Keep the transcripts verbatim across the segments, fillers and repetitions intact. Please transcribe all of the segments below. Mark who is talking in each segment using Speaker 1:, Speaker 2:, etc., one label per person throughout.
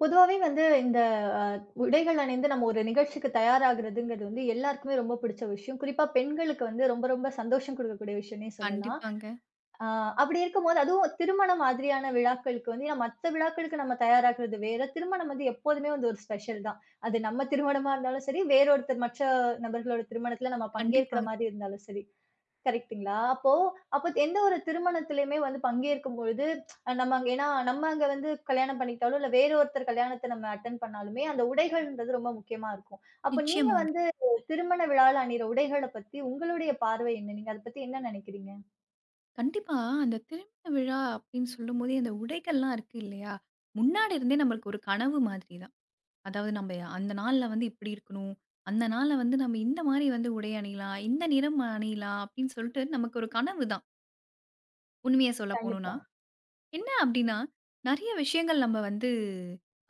Speaker 1: பொதுவாவே வந்து இந்த அ உடைகள் அணிந்து நம்ம ஒரு நிகழ்ச்சிக்கு தயாராகுறதுங்கிறது வந்து எல்லாருக்குமே ரொம்ப பிடிச்ச விஷயம். குறிப்பா பெண்களுக்கு வந்து ரொம்ப ரொம்ப சந்தோஷம் குடுக்கக்கூடிய விஷயம்னே சொல்லலாம்.
Speaker 2: கண்டிப்பாங்க.
Speaker 1: அ அப்படி இருக்கும்போது அதுவும் திருமணம் மாதிரியான விழாக்களுக்கு வந்து ஏன்னா மத்த விழாக்களுக்கு நம்ம தயாராகுறது வேற. திருமணம் வந்து எப்போதுமே வந்து ஒரு ஸ்பெஷல் தான். அது நம்ம திருமணமா இருந்தாலும் சரி, வேறொருத்தர் மற்ற நபர்களோட திருமணத்துல நம்ம பங்கேற்கிற
Speaker 2: கண்டிப்பாங்க.
Speaker 1: மாரி இருந்தாலும் சரி. கரெக்ட்டுங்களா? அப்போ அப்போ எந்த ஒரு திருமணத்திலயுமே வந்து பங்கேற்கும் பொழுது, அஹ் நம்ம அங்க ஏன்னா நம்ம அங்க வந்து கல்யாணம் பண்ணிக்கிட்டாலும், இல்ல வேறு ஒருத்தர் கல்யாணத்த நம்ம அட்டெண்ட் பண்ணாலுமே, அந்த உடைகள்ன்றது ரொம்ப முக்கியமா இருக்கும். அப்ப நீங்க
Speaker 2: நிச்சயமாங்க.
Speaker 1: வந்து திருமண விழால அணியிற உடைகள பத்தி உங்களுடைய பார்வை என்ன? நீங்க அத பத்தி என்ன நினைக்கிறீங்க?
Speaker 2: கண்டிப்பா. அந்த திருமண விழா அப்படின்னு சொல்லும்போதே, அந்த உடைகள்லாம் இருக்கு இல்லையா? முன்னாடி இருந்தே நம்மளுக்கு ஒரு கனவு மாதிரி தான். அதாவது நம்ப அந்த நாள்ல வந்து இப்படி இருக்கணும். அந்த நாள்ல வந்து நம்ம இந்த மாரி வந்து உடை அணியலாம். இந்த நிறம் அணியலாம் அப்படின்னு சொல்லிட்டு நமக்கு ஒரு கனவு தான். உண்மைய சொல்ல போணும்னா.
Speaker 1: கண்டிப்பா.
Speaker 2: என்ன அப்டின்னா, நெறைய விஷயங்கள் நம்ம வந்து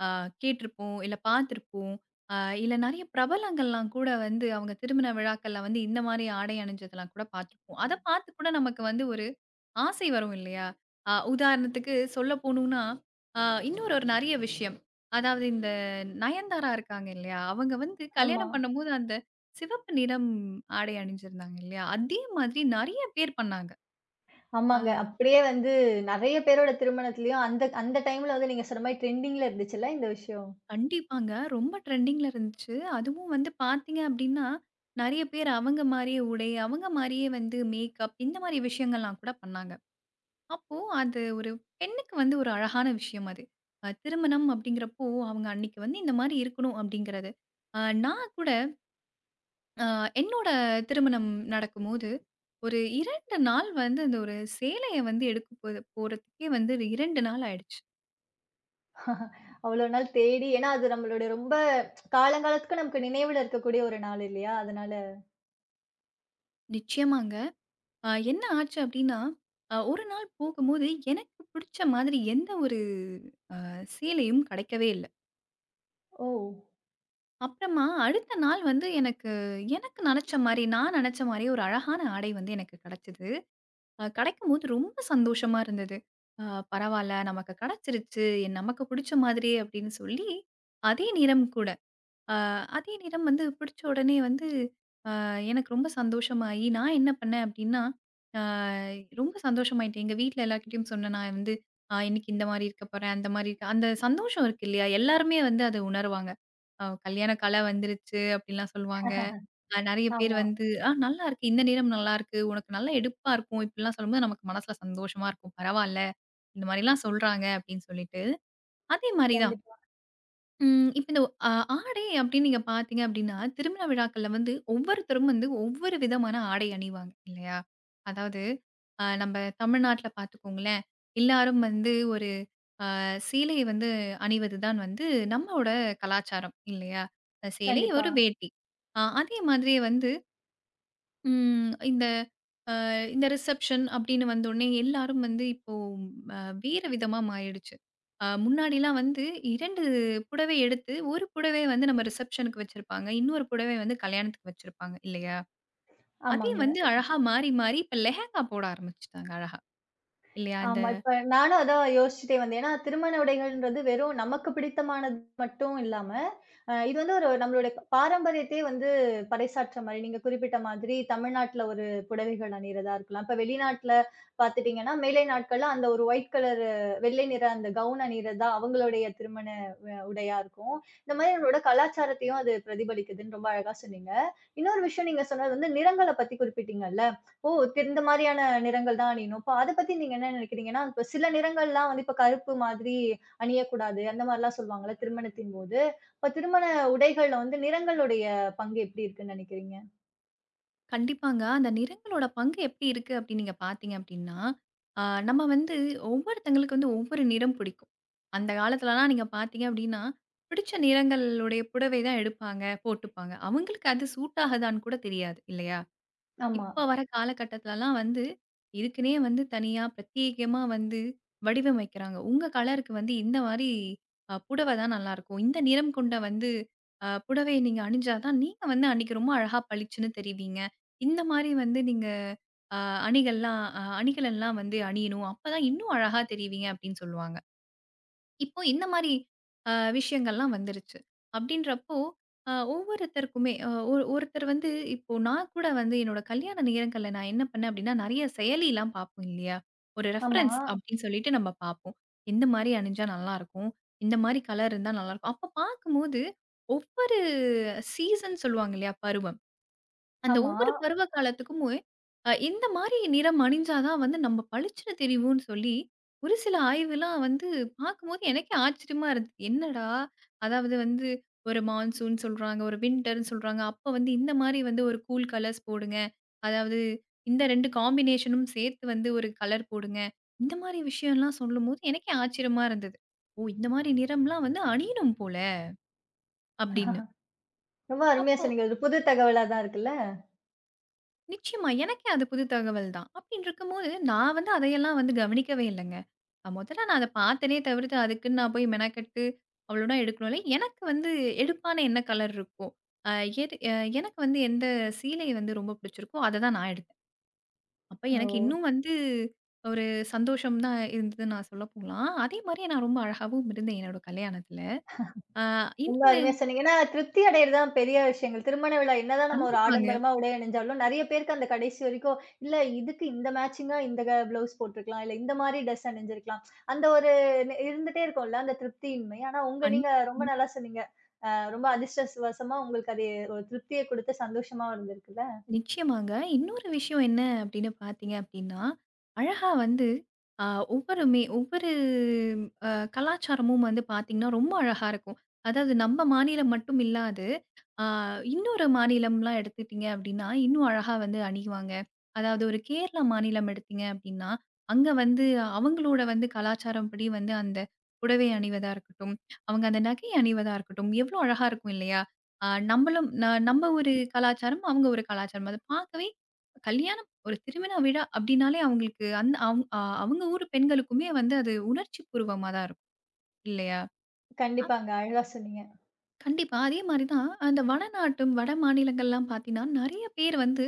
Speaker 2: அ கேட்டிருப்போம், இல்ல பார்த்திருப்போம். அ இல்ல நெறைய பிரபலங்கள்லாம் கூட வந்து அவங்க திருமண விழாக்கள்ல வந்து இந்த மாரி ஆடை அணிஞ்சதெல்லாம் கூட பார்த்துருப்போம். அத பார்த்து கூட நமக்கு வந்து ஒரு ஆசை வரும் இல்லையா? அ உதாரணத்துக்கு சொல்ல போணும்னா, அ இன்னொரு ஒரு நெறைய விஷயம். அதாவது இந்த நயன்தாரா இருக்காங்க இல்லையா? அவங்க வந்து
Speaker 1: ஆமா.
Speaker 2: கல்யாணம் பண்ணும்போது அந்த சிவப்பு நிறம் ஆடை அணிஞ்சிருந்தாங்க இல்லையா? அதே மாதிரி நெறைய பேர் பண்ணாங்க.
Speaker 1: ஆமாங்க.
Speaker 2: அ
Speaker 1: அப்படியே வந்து நெறைய பேரோட திருமணத்திலயும் அந்த அந்த டைம்ல வந்து நீங்க சொன்ன மாரி ட்ரெண்டிங்ல இருந்துச்சுல்ல இந்த விஷயம்.
Speaker 2: கண்டிப்பாங்க. ரொம்ப ட்ரெண்டிங்ல இருந்துச்சு. அதுவும் வந்து பார்த்தீங்க அப்டின்னா, நெறைய பேர் அவங்க மாரியே உடை, அவங்க மாரியே வந்து மேக்கப் இந்த மாரி விஷயங்கள்லாம் கூட பண்ணாங்க. அப்போ அது ஒரு பெண்ணுக்கு வந்து ஒரு அழகான விஷயம் அது. அ திருமணம் அப்டிங்கிறப்போ, அவங்க அன்னைக்கு வந்து இந்த மாரி இருக்கணும் அப்டிங்கிறது. அ நான் கூட அ என்னோட திருமணம் நடக்கும்போது, ஒரு இரண்டு நாள் வந்து அந்த ஒரு சேலைய வந்து எடுக்க போது போறதுக்கே வந்து இரண்டு நாள் ஆயிடுச்சு.
Speaker 1: அவ்வளோ நாள் தேடி ஏன்னா அது நம்மளுடைய ரொம்ப காலங்காலத்துக்கு நமக்கு நினைவுல இருக்கக்கூடிய ஒரு நாள் இல்லையா? அதனால.
Speaker 2: நிச்சயமாங்க. அ என்ன ஆச்சு அப்டின்னா, அ ஒரு நாள் போகும்போது எனக்கு பிடிச்ச மாதிரி எந்த ஒரு அ சேலையும் கிடைக்கவே இல்ல.
Speaker 1: ஓ!
Speaker 2: அப்புறமா அடுத்த நாள் வந்து எனக்கு எனக்கு நெனச்ச மாரி, நான் நெனச்ச மாரி ஒரு அழகான ஆடை வந்து எனக்கு கிடைச்சது. அ கிடைக்கும்போது ரொம்ப சந்தோஷமா இருந்தது. அ பரவால்ல நமக்கு கிடைச்சிருச்சு, என் நமக்கு பிடிச்ச மாதிரியே அப்டின்னு சொல்லி, அதே நிறம் கூட. அ அதே நிறம் வந்து பிடிச்ச உடனே வந்து எனக்கு ரொம்ப சந்தோஷமாயி, நான் என்ன பண்ணேன் அப்டின்னா, அ ரொம்ப சந்தோஷமாயிட்டேன். எங்க வீட்ல எல்லார்கிட்டயும் சொன்னேன். நான் வந்து அ இன்னைக்கு இந்த மாரி இருக்க போறேன். அந்த மாரி இருக்க அந்த சந்தோஷம் இருக்கு இல்லையா? எல்லாருமே வந்து அத உணருவாங்க. அ கல்யாண கல வந்துருச்சு அப்டின்லாம் சொல்லுவாங்க. அ நெறைய பேர்
Speaker 1: ஆமா.
Speaker 2: வந்து, "ஆ நல்லாருக்கு. இந்த நிறம் நல்லாருக்கு. உனக்கு நல்லா எடுப்பா இருக்கும்." இப்டிலாம் சொல்லும்போது நமக்கு மனசுல சந்தோஷமா இருக்கும். பரவால்ல, இந்த மாரிலாம் சொல்றாங்க அப்டின்னு சொல்லிட்டு. அதே மாரி தான்.
Speaker 1: கண்டிப்பா,
Speaker 2: ம். இப்ப இந்த அ ஆடை அப்படின்னு நீங்க பார்த்தீங்க அப்படின்னா, திருமண விழாக்கள்ல வந்து ஒவ்வொருத்தரும் வந்து ஒவ்வொரு விதமான ஆடை அணிவாங்க இல்லையா? அதாவது அ நம்ம தமிழ்நாட்ல பார்த்துக்கோங்களேன், எல்லாரும் வந்து ஒரு சேலை வந்து அணிவது தான் வந்து நம்மோட கலாச்சாரம் இல்லையா? அ, சேலை,
Speaker 1: கண்டிப்பா.
Speaker 2: ஒரு வேட்டி. அ அதே மாதிரியே வந்து ம் இந்த இந்த ரிசப்ஷன் அப்படின்னு வந்தோடனே எல்லாரும் வந்து இப்போ அ, வேற விதமா மாறிடுச்சு. அ, முன்னாடிலாம் வந்து இரண்டு புடவை எடுத்து, ஒரு புடவை வந்து நம்ம ரிசப்ஷனுக்கு வச்சிருப்பாங்க. இன்னொரு புடவை வந்து கல்யாணத்துக்கு வச்சிருப்பாங்க இல்லையா? அதே
Speaker 1: ஆமாங்க.
Speaker 2: வந்து அழகா மாறி, மாறி இப்ப லெஹெங்கா போட ஆரம்பிச்சுட்டாங்க அழகா. இல்லையா? இந்த
Speaker 1: ஆமா. இப்ப நானும் அதான் யோசிச்சுட்டே வந்தேன். ஏன்னா, திருமண உடைகள்ன்றது வெறும் நமக்கு பிடித்தமானது மட்டும் இல்லாம, அ இது வந்து ஒரு நம்மளுடைய பாரம்பரியத்தையே வந்து பறைசாற்ற மாரி, நீங்க குறிப்பிட்ட மாதிரி தமிழ்நாட்டுல ஒரு புடவைகள் அணியிறதா இருக்கலாம். இப்ப வெளிநாட்டுல பார்த்துட்டீங்கன்னா, மேலை நாட்கள்ல அந்த ஒரு ஒயிட் கலர் வெள்ளை நிற அந்த கவுன் அணியிறது தான் அவங்களுடைய திருமண வ உடையா இருக்கும். இந்த மாரி நம்மளோட கலாச்சாரத்தையும் அது பிரதிபலிக்குதுன்னு ரொம்ப அழகா சொன்னீங்க. இன்னொரு விஷயம் நீங்க சொன்னது வந்து நிறங்கள பத்தி குறிப்பிட்டீங்கல்ல. ஓ! தி- இந்த மாதிரியான நிறங்கள் தான் அணியணும். இப்ப அத பத்தி நீங்க என்ன நினைக்கிறீங்கன்னா, இப்ப சில நிறங்கள்லாம் வந்து இப்ப கருப்பு மாதிரி அணியக்கூடாது. அந்த மாரிலாம் சொல்லுவாங்கல்ல திருமணத்தின் போது. இப்ப திருமண உடைகள்ல வந்து நிறங்களுடைய பங்கு எப்படி இருக்குன்னு நினைக்கிறீங்க?
Speaker 2: கண்டிப்பாங்க. அந்த நிறங்களோட பங்கு எப்படி இருக்கு அப்படின்னு நீங்க பார்த்தீங்க அப்படின்னா, ஆ நம்ம வந்து ஒவ்வொருத்தங்களுக்கு வந்து ஒவ்வொரு நிறம் பிடிக்கும். அந்த காலத்துலலாம் நீங்க பார்த்தீங்க அப்படின்னா, பிடிச்ச நிறங்களுடைய புடவை தான் எடுப்பாங்க, போட்டுப்பாங்க. அவங்களுக்கு அது சூட் ஆகுதான்னு கூட தெரியாது இல்லையா?
Speaker 1: ஆமா,
Speaker 2: இப்ப வர காலகட்டத்துலலாம் வந்து, இதுக்குன்னே வந்து தனியா பிரத்யேகமா வந்து வடிவமைக்கிறாங்க. உங்க கலருக்கு வந்து இந்த மாரி அ புடவ தான் நல்லாருக்கும். இந்த நிறம் கொண்ட வந்து அ புடவைய நீங்க அணிஞ்சா தான் நீங்க வந்து அன்னைக்கு ரொம்ப அழகா பளிச்சுன்னு தெரிவீங்க. இந்த மாரி வந்து நீங்க அ அணிகள்லாம் அ அணிகலன்லாம் வந்து அணியணும். அப்பதான் இன்னும் அழகா தெரிவீங்க அப்படின்னு சொல்லுவாங்க. இப்போ இந்த மாரி அ விஷயங்கள்லாம் வந்துருச்சு. அப்படின்றப்போ, அ ஒவ்வொருத்தருக்குமே அ ஒரு ஒருத்தர் வந்து இப்போ நான் கூட வந்து என்னோட கல்யாண நேரங்கள்ல நான் என்ன பண்ணேன் அப்படின்னா, நெறைய செயலிலாம் பார்ப்போம் இல்லையா? ஒரு
Speaker 1: ஆமா,
Speaker 2: ரெஃபரன்ஸ் அப்படின்னு சொல்லிட்டு நம்ம பார்ப்போம். "இந்த மாரி அணிஞ்சா நல்லாயிருக்கும். இந்த மாரி கலர் இருந்தா நல்லாயிருக்கும்." அப்ப பார்க்கும்போது, ஒவ்வொரு சீசன் சொல்லுவாங்க இல்லையா? பருவம். அந்த
Speaker 1: ஆமா.
Speaker 2: ஒவ்வொரு பருவ காலத்துக்குமே அ இந்த மாரி நிறம் அணிஞ்சா தான் வந்து நம்ம பளிச்சுன்னு தெரிவோம்ன்னு சொல்லி, ஒரு சில ஆய்வுலாம் வந்து பார்க்கும்போது எனக்கே ஆச்சரியமா இருந்தது. என்னடா! அதாவது வந்து ஒரு மான்சூன் சொல்றாங்க, ஒரு வின்டர்ன்னு சொல்றாங்க. அப்ப வந்து இந்த மாரி வந்து ஒரு கூல் கலர்ஸ் போடுங்க. அதாவது இந்த ரெண்டு காம்பினேஷனும் சேர்த்து வந்து ஒரு கலர் போடுங்க. இந்த மாரி விஷயம்லாம் சொல்லும்போது எனக்கே ஆச்சரியமா இருந்தது. ஓ! இந்த மாரி நிறம்லாம் வந்து அணியணும் போல அப்படின்னு.
Speaker 1: ரொம்ப அருமையா
Speaker 2: அப்போ
Speaker 1: சொன்னீங்க. ஒரு புது தகவலா தான் இருக்குல்ல.
Speaker 2: நிச்சயமா. எனக்கே அது புது தகவல் தான். அப்டின்னு இருக்கும்போது, நான் வந்து அதையெல்லாம் வந்து கவனிக்கவே இல்லங்க. அ முதல்ல நான் அத பார்த்தேனே தவிர்த்து, அதுக்குன்னு நான் போய் மெனக்கெட்டு அவ்ளோனா எடுக்கணும்ல. எனக்கு வந்து எடுப்பான என்ன கலர் இருக்கும்? அ எது அ எனக்கு வந்து எந்த சீலை வந்து ரொம்ப பிடிச்சிருக்கோ, அத தான் நான் எடுத்தேன். அப்ப
Speaker 1: ஓ!
Speaker 2: எனக்கு இன்னும் வந்து ஒரு சந்தோஷம் தான் இருந்தது நான் சொல்ல போலாம். அதே மாரியே நான் ரொம்ப அழகாவும் இருந்தேன் என்னோட கல்யாணத்துல. அ
Speaker 1: ரொம்ப
Speaker 2: இன்னொன்னு
Speaker 1: அருமையா சொன்னீங்க. ஏன்னா திருப்தி அடையறது தான் பெரிய விஷயங்கள். திருமண விழா என்னதான் நம்ம ஒரு
Speaker 2: கண்டிப்பாங்க.
Speaker 1: ஆடம்பரமா உடை அணிஞ்சாலும், நெறைய பேருக்கு அந்த கடைசி வரைக்கும், இல்ல இதுக்கு இந்த மேட்சிங்கா இந்த க ப்ளவுஸ் போட்டிருக்கலாம். இல்ல இந்த மாரி ட்ரெஸ் அணிஞ்சிருக்கலாம். அந்த ஒரு நெ இருந்துட்டே இருக்கும்ல, அந்த திருப்தியின்மை. ஆனா உங்க
Speaker 2: கண்
Speaker 1: நீங்க ரொம்ப நல்லா சொன்னீங்க. அ ரொம்ப அதிர்ஷ்டவசமா உங்களுக்கு அது ஒரு திருப்திய குடுத்து சந்தோஷமாவும் இருந்திருக்குல்ல.
Speaker 2: நிச்சயமாங்க. இன்னொரு விஷயம் என்ன அப்படின்னு பார்த்தீங்க அப்படின்னா, அழகா வந்து அ ஒவ்வொருமே ஒவ்வொரு அ கலாச்சாரமும் வந்து பார்த்தீங்கன்னா, ரொம்ப அழகா இருக்கும். அதாவது நம்ம மாநிலம் மட்டும் இல்லாது, அ இன்னொரு மாநிலம்லாம் எடுத்துட்டீங்க அப்படின்னா, இன்னும் அழகா வந்து அணிவாங்க. அதாவது ஒரு கேரளா மாநிலம் எடுத்தீங்க அப்படின்னா, அங்க வந்து அவங்களோட வந்து கலாச்சாரம் படி வந்து அந்த புடவை அணிவதா இருக்கட்டும், அவங்க அந்த நகை அணிவதா இருக்கட்டும், எவ்வளோ அழகா இருக்கும் இல்லையா? ஆ நம்மளும் ந நம்ம ஒரு கலாச்சாரம், அவங்க ஒரு கலாச்சாரம். அத பார்க்கவே கல்யாணம் ஒரு திருமண விழா அப்டின்னாலே அவங்களுக்கு அந்த அவ் அ அவங்க ஊர் பெண்களுக்குமே வந்து அது உணர்ச்சிப்பூர்வமா தான் இருக்கும் இல்லையா?
Speaker 1: கண்டிப்பாங்க. அழகா சொன்னீங்க.
Speaker 2: கண்டிப்பா. அதே மாரி தான் அந்த வடநாட்டும், வட மாநிலங்கள்லாம் பார்த்தீங்கன்னா, நெறைய பேர் வந்து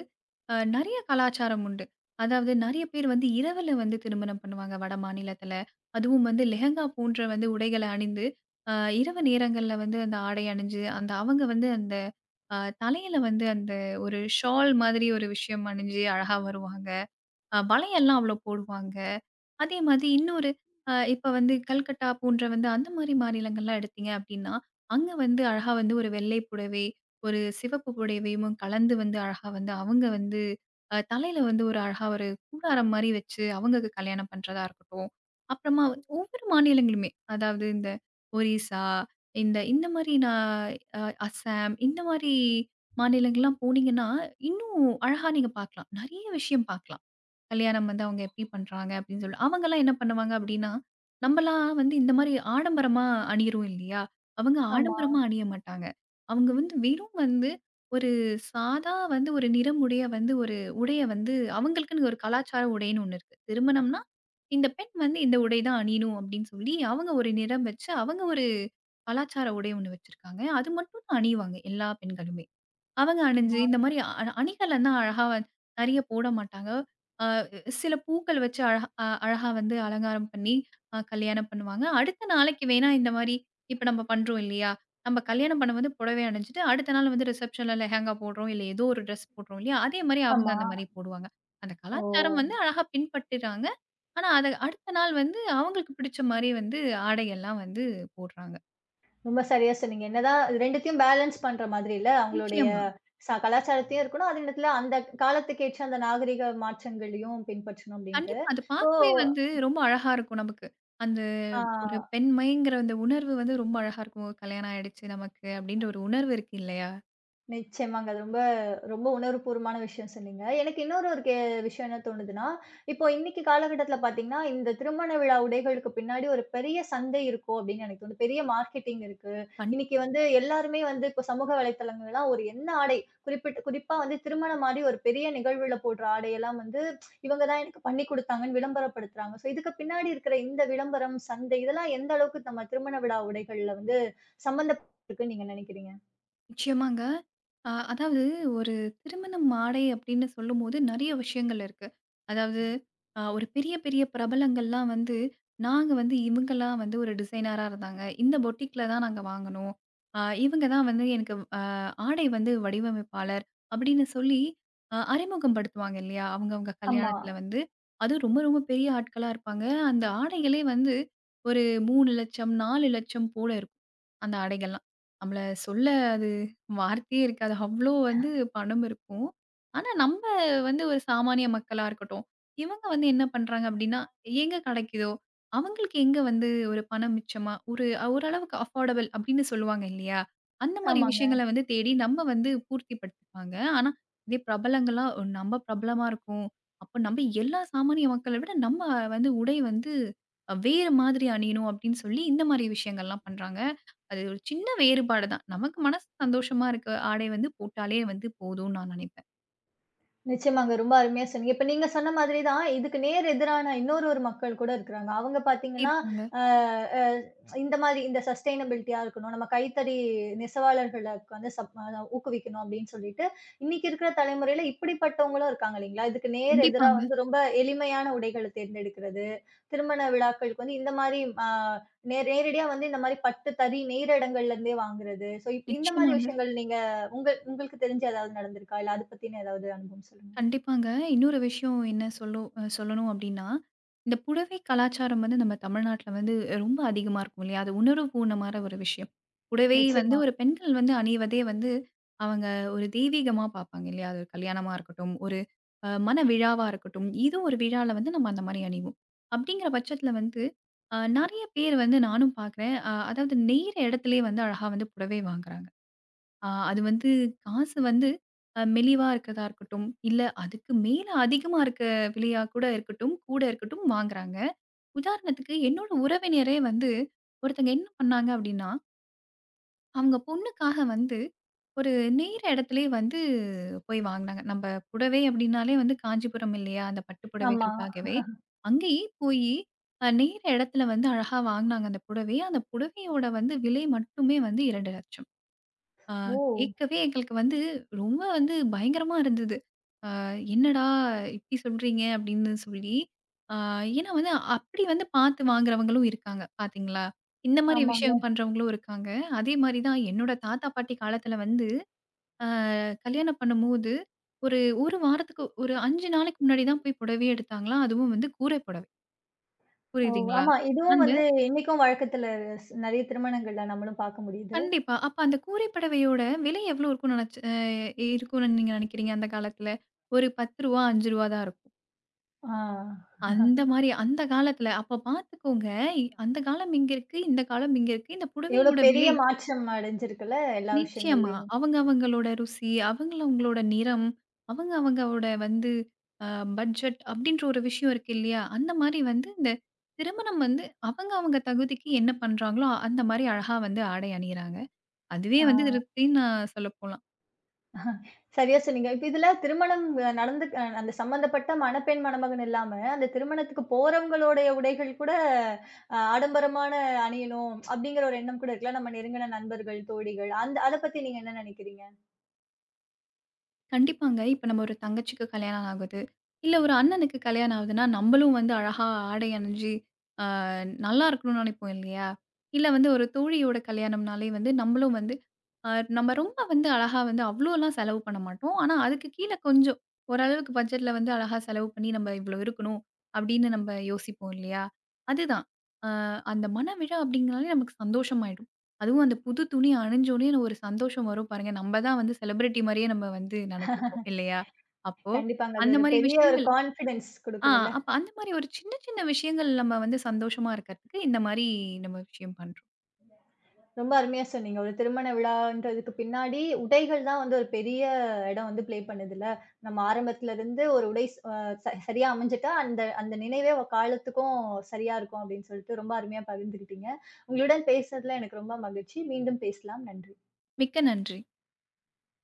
Speaker 2: அ நெறைய கலாச்சாரம் உண்டு. அதாவது நெறைய பேர் வந்து இரவுல வந்து திருமணம் பண்ணுவாங்க வட மாநிலத்தில. அதுவும் வந்து லெஹெங்கா போன்ற வந்து உடைகள அணிந்து, அ இரவு நேரங்கள்ல வந்து அந்த ஆடை அணிஞ்சு, அந்த அவங்க வந்து அந்த அ தலையில வந்து அந்த ஒரு ஷால் மாதிரி ஒரு விஷயம் அணிஞ்சு அழகா வருவாங்க. அ வளையல்லாம் அவ்வளோ போடுவாங்க. அதே மாதிரி இன்னொரு அ இப்ப வந்து கல்கட்டா போன்ற வந்து அந்த மாரி மாநிலங்கள்லாம் எடுத்தீங்க அப்டின்னா, அங்க வந்து அழகா வந்து ஒரு வெள்ளை புடவை, ஒரு சிவப்பு புடவையும் கலந்து வந்து அழகா வந்து அவங்க வந்து அ தலையில வந்து ஒரு அழகா ஒரு கூடாரம் மாரி வச்சு அவங்களுக்கு கல்யாணம் பண்றதா இருக்கட்டும். அப்புறமா வந்து ஒவ்வொரு மாநிலங்களுமே அதாவது இந்த ஒரிசா, இந்த இந்த மாரி நான் அ அசாம் இந்த மாரி மாநிலங்கள்லாம் போனீங்கன்னா, இன்னும் அழகா நீங்க பார்க்கலாம். நெறைய விஷயம் பார்க்கலாம். கல்யாணம் வந்து அவங்க எப்படி பண்றாங்க அப்படின்னு சொல்லி. அவங்கலாம் என்ன பண்ணுவாங்க அப்படின்னா, நம்மலாம் வந்து இந்த மாரி ஆடம்பரமா அணியிறோம் இல்லையா? அவங்க
Speaker 1: ஆமா,
Speaker 2: ஆடம்பரமா அணிய மாட்டாங்க. அவங்க வந்து வெறும் வந்து ஒரு சாதா வந்து ஒரு நிறமுடைய வந்து ஒரு உடைய வந்து அவங்களுக்குன்னு ஒரு கலாச்சார உடைன்னு ஒண்ணு இருக்கு. திருமணம்னா, இந்த பெண் வந்து இந்த உடை தான் அணியணும் அப்படின்னு சொல்லி அவங்க ஒரு நிறம் வச்சு, அவங்க ஒரு கலாச்சார உடை ஒண்ணு வச்சிருக்காங்க. அது மட்டும் தான் அணிவாங்க எல்லா பெண்களுமே. அவங்க அணிஞ்சு
Speaker 1: ஆமா,
Speaker 2: இந்த மாரி அ அணிகலன்லாம் அழகா நெறைய போட மாட்டாங்க. அ சில பூக்கள் வச்சு அழகா அ அழகா வந்து அலங்காரம் பண்ணி அ கல்யாணம் பண்ணுவாங்க. அடுத்த நாளைக்கு வேணா இந்த மாரி இப்ப நம்ம பண்றோம் இல்லையா? நம்ம கல்யாணம் பண்ணும்போது புடவை அணிஞ்சுட்டு, அடுத்த நாள் வந்து ரிசப்ஷன்ல லெஹெங்கா போடுறோம். இல்ல ஏதோ ஒரு ட்ரெஸ் போடுறோம் இல்லையா? அதே மாரி அவங்க
Speaker 1: ஆமா.
Speaker 2: அந்த மாரி போடுவாங்க. அந்த
Speaker 1: ஓ!
Speaker 2: கலாச்சாரம் வந்து அழகா பின்பற்றுறாங்க. ஆனா, அத அடுத்த நாள் வந்து அவங்களுக்கு பிடிச்ச மாரி வந்து ஆடையெல்லாம் வந்து போடுறாங்க.
Speaker 1: ரொம்ப சரியா சொன்னீங்க. என்னதான் ரெண்டத்தையும் பேலன்ஸ் பண்ற மாதிரி இல்ல, அவங்களுடைய
Speaker 2: நிச்சயமா.
Speaker 1: ச கலாச்சாரத்தையும் இருக்கணும். அதே நேரத்துல அந்த காலத்துக்கு ஏற்ற அந்த நாகரீக மாற்றங்களையும் பின்பற்றணும் அப்டின்ட்டு.
Speaker 2: கண்டிப்பா. அது
Speaker 1: இப்போ
Speaker 2: பார்க்கவே வந்து ரொம்ப அழகா இருக்கும் நமக்கு. அந்த
Speaker 1: ஆ.
Speaker 2: ஒரு பெண்மைங்கிற அந்த உணர்வு வந்து ரொம்ப அழகா இருக்கும். கல்யாணம் ஆயிடுச்சு நமக்கு அப்டின்ற ஒரு உணர்வு இருக்கு இல்லையா?
Speaker 1: நிச்சயமாங்க. அது ரொம்ப ரொம்ப உணர்வுபூர்வமான விஷயம் சொன்னீங்க. எனக்கு இன்னொரு ஒரு கே விஷயம் என்ன தோணுதுன்னா, இப்போ இன்னைக்கு காலகட்டத்தில பார்த்தீங்கன்னா, இந்த திருமண விழா உடைகளுக்கு பின்னாடி ஒரு பெரிய சந்தை இருக்கும் அப்படின்னு எனக்கு தோணுது. பெரிய மார்க்கெட்டிங் இருக்கு.
Speaker 2: கண்
Speaker 1: இன்னைக்கு வந்து எல்லாருமே வந்து இப்போ சமூக வலைத்தளங்கள்லாம் ஒரு என்ன ஆடை குறிப்பிட்டு குறிப்பா வந்து திருமணம் மாரி ஒரு பெரிய நிகழ்வுல போடுற ஆடையெல்லாம் வந்து இவங்க தான் எனக்கு பண்ணி குடுத்தாங்கன்னு விளம்பரப்படுத்துறாங்க. ஸோ இதுக்கு பின்னாடி இருக்கிற இந்த விளம்பரம், சந்தை இதெல்லாம் எந்த அளவுக்கு நம்ம திருமண விழா உடைகள்ல வந்து சம்மந்தப்பட்டிருக்குன்னு நீங்க நினைக்கிறீங்க?
Speaker 2: நிச்சயமாங்க. அ அதாவது ஒரு திருமண மாடை அப்படின்னு சொல்லும்போது நெறைய விஷயங்கள் இருக்கு. அதாவது அ ஒரு பெரிய, பெரிய பிரபலங்கள்லாம் வந்து, நாங்க வந்து இவங்கலாம் வந்து ஒரு டிசைனரா இருந்தாங்க. இந்த பொட்டிக்ல தான் நாங்க வாங்குனோம். அ இவங்க தான் வந்து எனக்கு அ ஆடை வந்து வடிவமைப்பாளர் அப்படின்னு சொல்லி அ அறிமுகம் படுத்துவாங்க இல்லையா? அவங்கவங்க
Speaker 1: ஆமா.
Speaker 2: கல்யாணத்துல வந்து. அதுவும் ரொம்ப, ரொம்ப பெரிய ஆட்களா இருப்பாங்க. அந்த ஆடைகளே வந்து ஒரு மூன்று லட்சம் நான்கு லட்சம் போல இருக்கும். அந்த ஆடைகள்லாம். நம்மள சொல்ல அது வார்த்தையே இருக்காது. அவ்ளோ வந்து பணம் இருக்கும். ஆனா, நம்ம வந்து ஒரு சாமானிய மக்களா இருக்கட்டும், இவங்க வந்து என்ன பண்றாங்க அப்டின்னா, எங்க கெடைக்குதோ, அவங்களுக்கு எங்க வந்து ஒரு பணம் மிச்சமா, ஒரு ஓரளவுக்கு அஃபோர்டபிள் அப்டின்னு சொல்லுவாங்க இல்லையா? அந்த மாரி
Speaker 1: ஆமாங்க.
Speaker 2: விஷயங்கள வந்து தேடி நம்ம வந்து பூர்த்தி படுத்திப்பாங்க. ஆனா, இதே பிரபலங்களா ஒரு நம்ம பிரபலமா இருக்கோம். அப்ப நம்ம எல்லா சாமானிய மக்கள விட நம்ம வந்து உடை வந்து வேறு மாதிரி அணியணும் அப்டின்னு சொல்லி இந்த மாரி விஷயங்கள்லாம் பண்றாங்க. அது ஒரு சின்ன வேறுபாடு தான். நமக்கு மனசு சந்தோஷமா இருக்க ஆடை வந்து போட்டாலே வந்து போதும்னு நான் நினைப்பேன்.
Speaker 1: நிச்சயமாங்க. ரொம்ப அருமையா சொன்னீங்க. இப்ப நீங்க சொன்ன மாதிரி தான், இதுக்கு நேர் எதிரான இன்னொரு ஒரு மக்கள் கூட இருக்கிறாங்க. அவங்க
Speaker 2: இப்
Speaker 1: பார்த்தீங்கன்னா,
Speaker 2: கண்டிப்பாங்க.
Speaker 1: அ அ இந்த மாதிரி இந்த சஸ்டெய்னபிலிட்டியா இருக்கணும். நம்ம கைத்தறி நெசவாளர்கள வந்து சப் அ ஊக்குவிக்கணும் அப்படின்னு சொல்லிட்டு, இன்னைக்கு இருக்கிற தலைமுறையில இப்படிப்பட்டவங்களும் இருக்காங்க இல்லைங்களா? இதுக்கு நேர் எதிரா
Speaker 2: கண்டிப்பாங்க.
Speaker 1: வந்து ரொம்ப எளிமையான உடைகள தேர்ந்தெடுக்கிறது, திருமண விழாக்களுக்கு வந்து இந்த மாரி அ நே நேரடியா வந்து இந்த மாரி பட்டு, தறி நெய்ற இடங்கள்ல இருந்தே வாங்குறது. ஸோ, இப் இந்த மாரி
Speaker 2: நிச்சயமாங்க.
Speaker 1: விஷயங்கள் நீங்க உங்க உங்களுக்கு தெரிஞ்சு ஏதாவது நடந்திருக்கா? இல்ல அத பத்தின ஏதாவது அனுபவம் சொல்லுங்க.
Speaker 2: கண்டிப்பாங்க. இன்னொரு விஷயம் என்ன சொல்லும் அ சொல்லணும் அப்டின்னா, இந்த புடவை கலாச்சாரம் வந்து நம்ம தமிழ்நாட்ல வந்து ரொம்ப அதிகமா இருக்கும் இல்லையா? அது உணர்வுபூர்ணமான ஒரு விஷயம். புடவை வந்து
Speaker 1: நிச்சயமா.
Speaker 2: ஒரு பெண்கள் வந்து அணிவதே வந்து அவங்க ஒரு தெய்வீகமா பார்ப்பாங்க இல்லையா? அது ஒரு கல்யாணமா இருக்கட்டும், ஒரு அ மன விழாவா இருக்கட்டும், இது ஒரு விழால வந்து நம்ம அந்த மாரி அணிவோம். அப்டிங்கிற பட்சத்தில வந்து அ நெறைய பேர் வந்து நானும் பார்க்குறேன். அ அதாவது நெய்யிற இடத்திலேயே வந்து அழகா வந்து புடவை வாங்குறாங்க. ஆ அது வந்து காசு வந்து அ மெலிவா இருக்கதா இருக்கட்டும், இல்ல அதுக்கு மேல அதிகமா இருக்க விலையா கூட இருக்கட்டும், கூட இருக்கட்டும் வாங்குறாங்க. உதாரணத்துக்கு என்னோட உறவினரே வந்து ஒருத்தங்க என்ன பண்ணாங்க அப்டின்னா, அவங்க பொண்ணுக்காக வந்து ஒரு நெய்யிற இடத்துலயே வந்து போய் வாங்குனாங்க. நம்ப புடவை அப்டின்னாலே வந்து காஞ்சிபுரம் இல்லையா? அந்த பட்டு
Speaker 1: ஆமா.
Speaker 2: புடவைகளுக்காகவே. அங்கேயே போயி அ நெய்யிற இடத்துல வந்து அழகா வாங்குனாங்க அந்த புடவைய. அந்த புடவையோட வந்து விலை மட்டுமே வந்து இரண்டு லட்சம். ஆ
Speaker 1: ஓ!
Speaker 2: கேட்கவே எங்களுக்கு வந்து ரொம்ப வந்து பயங்கரமா இருந்தது. அ "என்னடா இப்டி சொல்றீங்க?" அப்படின்னு சொல்லி. ஆ ஏன்னா வந்து அப்படி வந்து பார்த்து வாங்குறவங்களும் இருக்காங்க பார்த்தீங்களா? இந்த மாரி
Speaker 1: ஆமாங்க.
Speaker 2: விஷயம் பண்றவங்களும் இருக்காங்க. அதே மாரி தான் என்னோட தாத்தா, பாட்டி காலத்துல வந்து அ கல்யாணம் பண்ணும்போது, ஒரு 1 வாரத்துக்கு ஒரு ஐந்து நாளைக்கு முன்னாடி தான் போய் புடவையே எடுத்தாங்களாம். அதுவும் வந்து கூரை புடவை.
Speaker 1: ஓ!
Speaker 2: புரியுதுங்களா?
Speaker 1: ஆமா. இதுவும்
Speaker 2: அந்த
Speaker 1: வந்து இன்னைக்கும் வழக்கத்துல ஸ் நெறைய திருமணங்கள்ல நம்மளும் பார்க்க முடியுது.
Speaker 2: கண்டிப்பா. அப்ப அந்த கூரை படவையோட விலை எவ்வளோ இருக்கும்னு நெனச்சு அ இருக்கும்னு நீங்க நெனைக்கிறீங்க அந்த காலத்துல? ஒரு ரூ. பத்து ரூ. ஐந்து தான் இருக்கும்.
Speaker 1: ஆ.
Speaker 2: அந்த மாரி அந்த காலத்துல. அப்ப பாத்துக்கோங்க, இ- அந்த காலம் இங்க இருக்கு, இந்த காலம் இங்க இருக்கு. இந்த
Speaker 1: எவ்ளோ
Speaker 2: புடவையோட
Speaker 1: பெரிய
Speaker 2: விலை
Speaker 1: மாற்றம் அடைஞ்சிருக்குல்ல எல்லா
Speaker 2: நிச்சயமா.
Speaker 1: விஷயங்கள்லயுமே.
Speaker 2: அவங்க அவங்களோட ருசி, அவங்க அவங்களோட நிறம், அவங்க அவங்களோட வந்து அ பட்ஜெட் அப்டின்ற ஒரு விஷயம் இருக்கு இல்லையா? அந்த மாரி வந்து இந்த திருமணம் வந்து அவங்க அவங்க தகுதிக்கு என்ன பண்றாங்களோ, அந்த மாரி அழகா வந்து ஆடை அணியிறாங்க. அதுவே
Speaker 1: ஆ.
Speaker 2: வந்து திருப்தின்னு நான் சொல்லப்போலாம்.
Speaker 1: சரியா சொன்னீங்க. இப்ப இதுல திருமணம் அ நடந்து அ அந்த சம்பந்தப்பட்ட மணப்பெண், மணமகன் இல்லாம, அந்த திருமணத்துக்கு போறவங்களுடைய உடைகள் கூட அ ஆடம்பரமான அணியணும், அப்படிங்கிற ஒரு எண்ணம் கூட இருக்குல்ல. நம்ம நெருங்குன நண்பர்கள், தோழிகள் அந்த அத பத்தி நீங்க என்ன நெனைக்கிறீங்க?
Speaker 2: கண்டிப்பாங்க. இப்ப நம்ம ஒரு தங்கச்சிக்கு கல்யாணம் ஆகுது. இல்ல ஒரு அண்ணனுக்கு கல்யாணம் ஆகுதுன்னா, நம்மளும் வந்து அழகா ஆடை அணிஞ்சு, அ நல்லா இருக்கணும்னு நினைப்போம் இல்லையா? இல்ல வந்து ஒரு தோழியோட கல்யாணம்னாலே வந்து நம்மளும் வந்து அ நம்ம ரொம்ப வந்து அழகா வந்து அவ்ளோலாம் செலவு பண்ண மாட்டோம். ஆனா, அதுக்கு கீழ கொஞ்சம் ஓரளவுக்கு பட்ஜெட்ல வந்து அழகா செலவு பண்ணி, நம்ம இவ்ளோ இருக்கணும் அப்படின்னு நம்ம யோசிப்போம் இல்லையா? அதுதான். அந்த மணவிழா அப்படிங்கனாலே நமக்கு சந்தோஷமாயிடும். அதுவும் அந்த புது துணி அணிஞ்ச உடனே ஒரு சந்தோஷம் வரும் பாருங்க. நம்ம தான் வந்து செலிபிரிட்டி மாரியே நம்ம வந்து நெனச்சுப்போம் இல்லையா? அப்போ
Speaker 1: கண்டிப்பாங்க. அது
Speaker 2: அந்த
Speaker 1: ஒரு
Speaker 2: மாரி
Speaker 1: பெரிய ஒரு
Speaker 2: விஷயங்கள்
Speaker 1: கான்ஃபிடன்ஸ்
Speaker 2: ஆ
Speaker 1: குடுக்குதுல்ல.
Speaker 2: அப்ப அந்த மாரி ஒரு சின்ன சின்ன விஷயங்கள் நம்ம வந்து சந்தோஷமா இருக்கறதுக்கு இந்த மாரி நம்ம விஷயம் பண்றோம்.
Speaker 1: ரொம்ப அருமையா சொன்னீங்க. ஒரு திருமண விழான்றதுக்கு பின்னாடி, உடைகள் தான் வந்து ஒரு பெரிய இடம் வந்து ப்ளே பண்ணுதுல்ல. நம்ம ஆரம்பத்துல இருந்து ஒரு உடை ஸ் அ ச சரியா அமைஞ்சுட்டா, அந்த அந்த நினைவே அவ காலத்துக்கும் சரியா இருக்கும் அப்படின்னு சொல்லிட்டு ரொம்ப அருமையா பகிர்ந்துக்கிட்டீங்க. உங்களுடன் பேசுனதுல எனக்கு ரொம்ப மகிழ்ச்சி. மீண்டும் பேசலாம். நன்றி.
Speaker 2: மிக்க நன்றி.